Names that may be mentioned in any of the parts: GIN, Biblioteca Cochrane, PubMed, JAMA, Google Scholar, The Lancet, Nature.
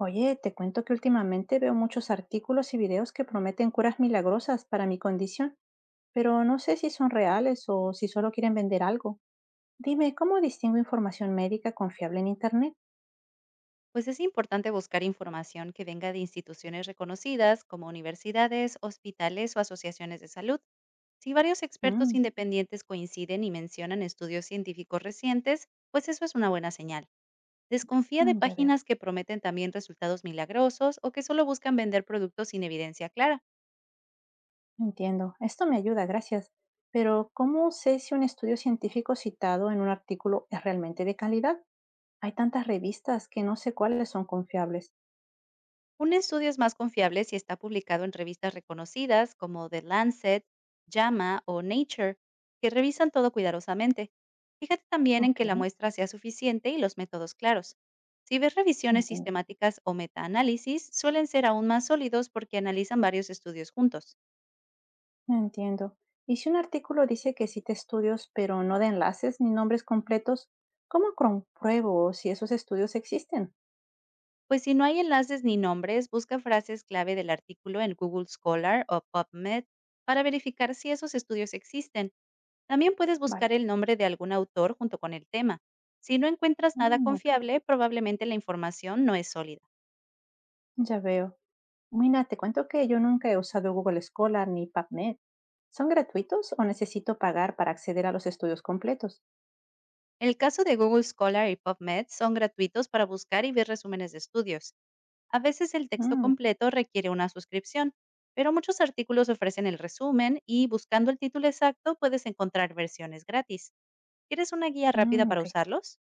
Oye, te cuento que últimamente veo muchos artículos y videos que prometen curas milagrosas para mi condición, pero no sé si son reales o si solo quieren vender algo. Dime, ¿cómo distingo información médica confiable en Internet? Pues es importante buscar información que venga de instituciones reconocidas como universidades, hospitales o asociaciones de salud. Si varios expertos Mm, independientes coinciden y mencionan estudios científicos recientes, pues eso es una buena señal. Desconfía de mm, ya veo, páginas que prometen también resultados milagrosos o que solo buscan vender productos sin evidencia clara. entiendo. Esto me ayuda, gracias. Pero, ¿cómo sé si un estudio científico citado en un artículo es realmente de calidad? Hay tantas revistas que no sé cuáles son confiables. Un estudio es más confiable si está publicado en revistas reconocidas como The Lancet, JAMA o Nature, que revisan todo cuidadosamente. Fíjate también en Ok, que la muestra sea suficiente y los métodos claros. Si ves revisiones entiendo. sistemáticas o metaanálisis, suelen ser aún más sólidos porque analizan varios estudios juntos. Entiendo. Y si un artículo dice que cita estudios, pero no de enlaces ni nombres completos, ¿cómo compruebo si esos estudios existen? Pues si no hay enlaces ni nombres, busca frases clave del artículo en Google Scholar o PubMed para verificar si esos estudios existen. También puedes buscar Vale, el nombre de algún autor junto con el tema. Si no encuentras nada mm, ok, confiable, probablemente la información no es sólida. ya veo. Mira, te cuento que yo nunca he usado Google Scholar ni PubMed. ¿Son gratuitos o necesito pagar para acceder a los estudios completos? El caso de Google Scholar y PubMed son gratuitos para buscar y ver resúmenes de estudios. A veces el texto Mm, completo requiere una suscripción, pero muchos artículos ofrecen el resumen y buscando el título exacto puedes encontrar versiones gratis. ¿Quieres una guía rápida mm, para ok. usarlos?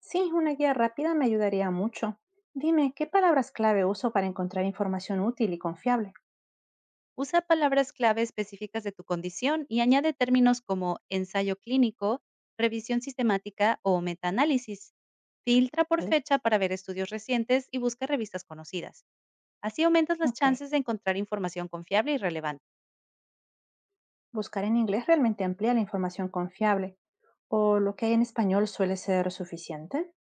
Sí, una guía rápida me ayudaría mucho. Dime, ¿qué palabras clave uso para encontrar información útil y confiable? Usa palabras clave específicas de tu condición y añade términos como ensayo clínico, revisión sistemática o metaanálisis. Filtra por Vale, fecha para ver estudios recientes y busca revistas conocidas. Así aumentas las ok. chances de encontrar información confiable y relevante. Buscar en inglés realmente amplía la información confiable, o lo que hay en español suele ser suficiente.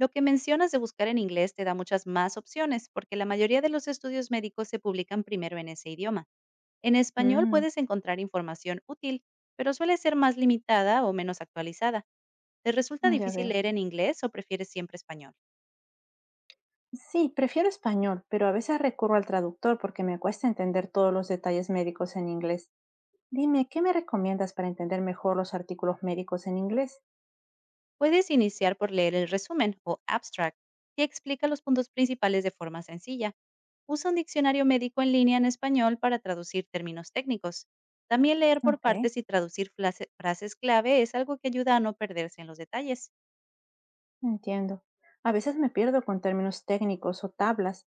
Lo que mencionas de buscar en inglés te da muchas más opciones porque la mayoría de los estudios médicos se publican primero en ese idioma. En español Mm, puedes encontrar información útil, pero suele ser más limitada o menos actualizada. ¿Te resulta ya difícil veo. leer en inglés o prefieres siempre español? Sí, prefiero español, pero a veces recurro al traductor porque me cuesta entender todos los detalles médicos en inglés. Dime, ¿qué me recomiendas para entender mejor los artículos médicos en inglés? Puedes iniciar por leer el resumen o abstract, que explica los puntos principales de forma sencilla. Usa un diccionario médico en línea en español para traducir términos técnicos. También leer por Ok, partes y traducir frases clave es algo que ayuda a no perderse en los detalles. entiendo. A veces me pierdo con términos técnicos o tablas.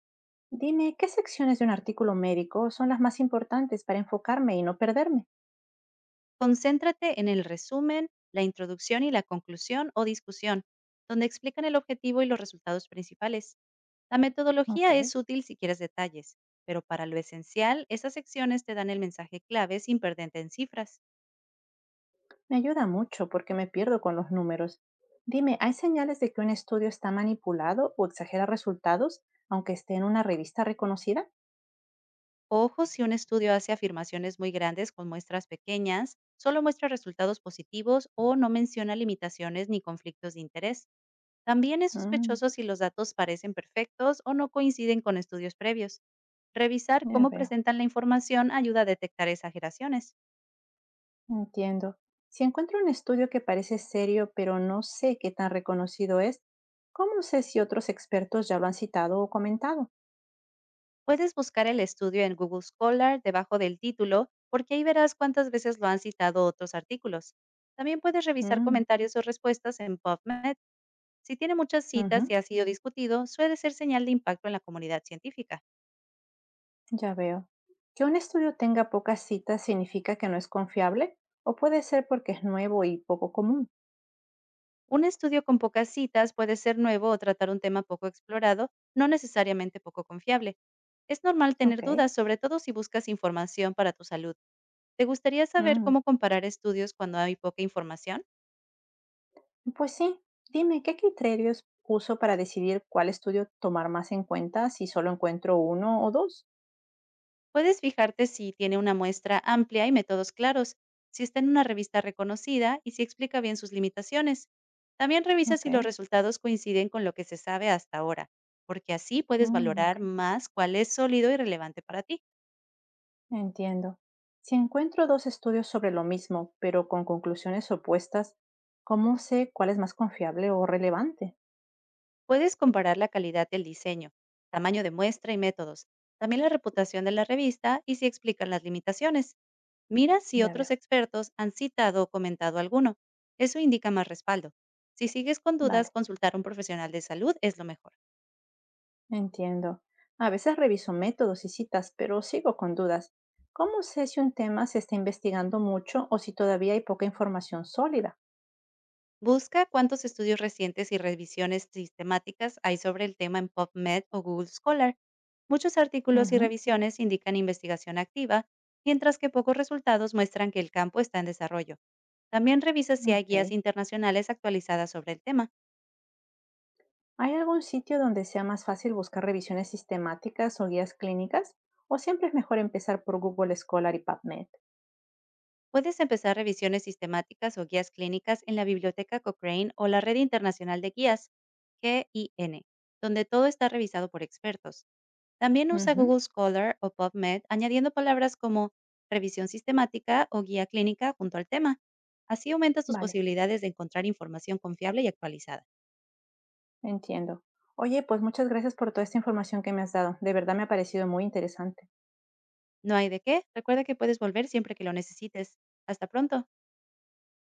Dime, ¿qué secciones de un artículo médico son las más importantes para enfocarme y no perderme? Concéntrate en el resumen, la introducción y la conclusión o discusión, donde explican el objetivo y los resultados principales. La Ok. metodología es útil si quieres detalles, pero para lo esencial, esas secciones te dan el mensaje clave sin perderte en cifras. Me ayuda mucho porque me pierdo con los números. Dime, ¿hay señales de que un estudio está manipulado o exagera resultados, aunque esté en una revista reconocida? Ojo si un estudio hace afirmaciones muy grandes con muestras pequeñas, solo muestra resultados positivos o no menciona limitaciones ni conflictos de interés. También es Mm, sospechoso si los datos parecen perfectos o no coinciden con estudios previos. Revisar ya cómo veo, presentan la información ayuda a detectar exageraciones. entiendo. Si encuentro un estudio que parece serio, pero no sé qué tan reconocido es, ¿cómo sé si otros expertos ya lo han citado o comentado? Puedes buscar el estudio en Google Scholar debajo del título, porque ahí verás cuántas veces lo han citado otros artículos. También puedes revisar Mm, comentarios o respuestas en PubMed. Si tiene muchas citas ujú, y ha sido discutido, suele ser señal de impacto en la comunidad científica. ya veo. Que un estudio tenga pocas citas significa que no es confiable o puede ser porque es nuevo y poco común. Un estudio con pocas citas puede ser nuevo o tratar un tema poco explorado, no necesariamente poco confiable. Es normal Ok. tener dudas, sobre todo si buscas información para tu salud. ¿Te gustaría saber Mm. cómo comparar estudios cuando hay poca información? Pues sí, dime, ¿qué criterios uso para decidir cuál estudio tomar más en cuenta si solo encuentro uno o dos? Puedes fijarte si tiene una muestra amplia y métodos claros, si está en una revista reconocida y si explica bien sus limitaciones. También revisa Ok, si los resultados coinciden con lo que se sabe hasta ahora, porque así puedes mm, ok, valorar más cuál es sólido y relevante para ti. entiendo. Si encuentro dos estudios sobre lo mismo, pero con conclusiones opuestas, ¿cómo sé cuál es más confiable o relevante? Puedes comparar la calidad del diseño, tamaño de muestra y métodos, también la reputación de la revista y si explican las limitaciones. Mira si Ya veo, otros expertos han citado o comentado alguno. Eso indica más respaldo. Si sigues con vale, dudas, consultar a un profesional de salud es lo mejor. entiendo. A veces reviso métodos y citas, pero sigo con dudas. ¿Cómo sé si un tema se está investigando mucho o si todavía hay poca información sólida? Busca cuántos estudios recientes y revisiones sistemáticas hay sobre el tema en PubMed o Google Scholar. Muchos artículos y Ujú, revisiones indican investigación activa, mientras que pocos resultados muestran que el campo está en desarrollo. También revisa si hay ok. guías internacionales actualizadas sobre el tema. ¿Hay algún sitio donde sea más fácil buscar revisiones sistemáticas o guías clínicas? ¿O siempre es mejor empezar por Google Scholar y PubMed? Puedes empezar revisiones sistemáticas o guías clínicas en la Biblioteca Cochrane o la Red Internacional de Guías, GIN, donde todo está revisado por expertos. También usa Ujú, Google Scholar o PubMed añadiendo palabras como revisión sistemática o guía clínica junto al tema. Así aumentas tus vale, posibilidades de encontrar información confiable y actualizada. entiendo. Oye, pues muchas gracias por toda esta información que me has dado. De verdad me ha parecido muy interesante. No hay de qué, recuerda que puedes volver siempre que lo necesites. Hasta pronto.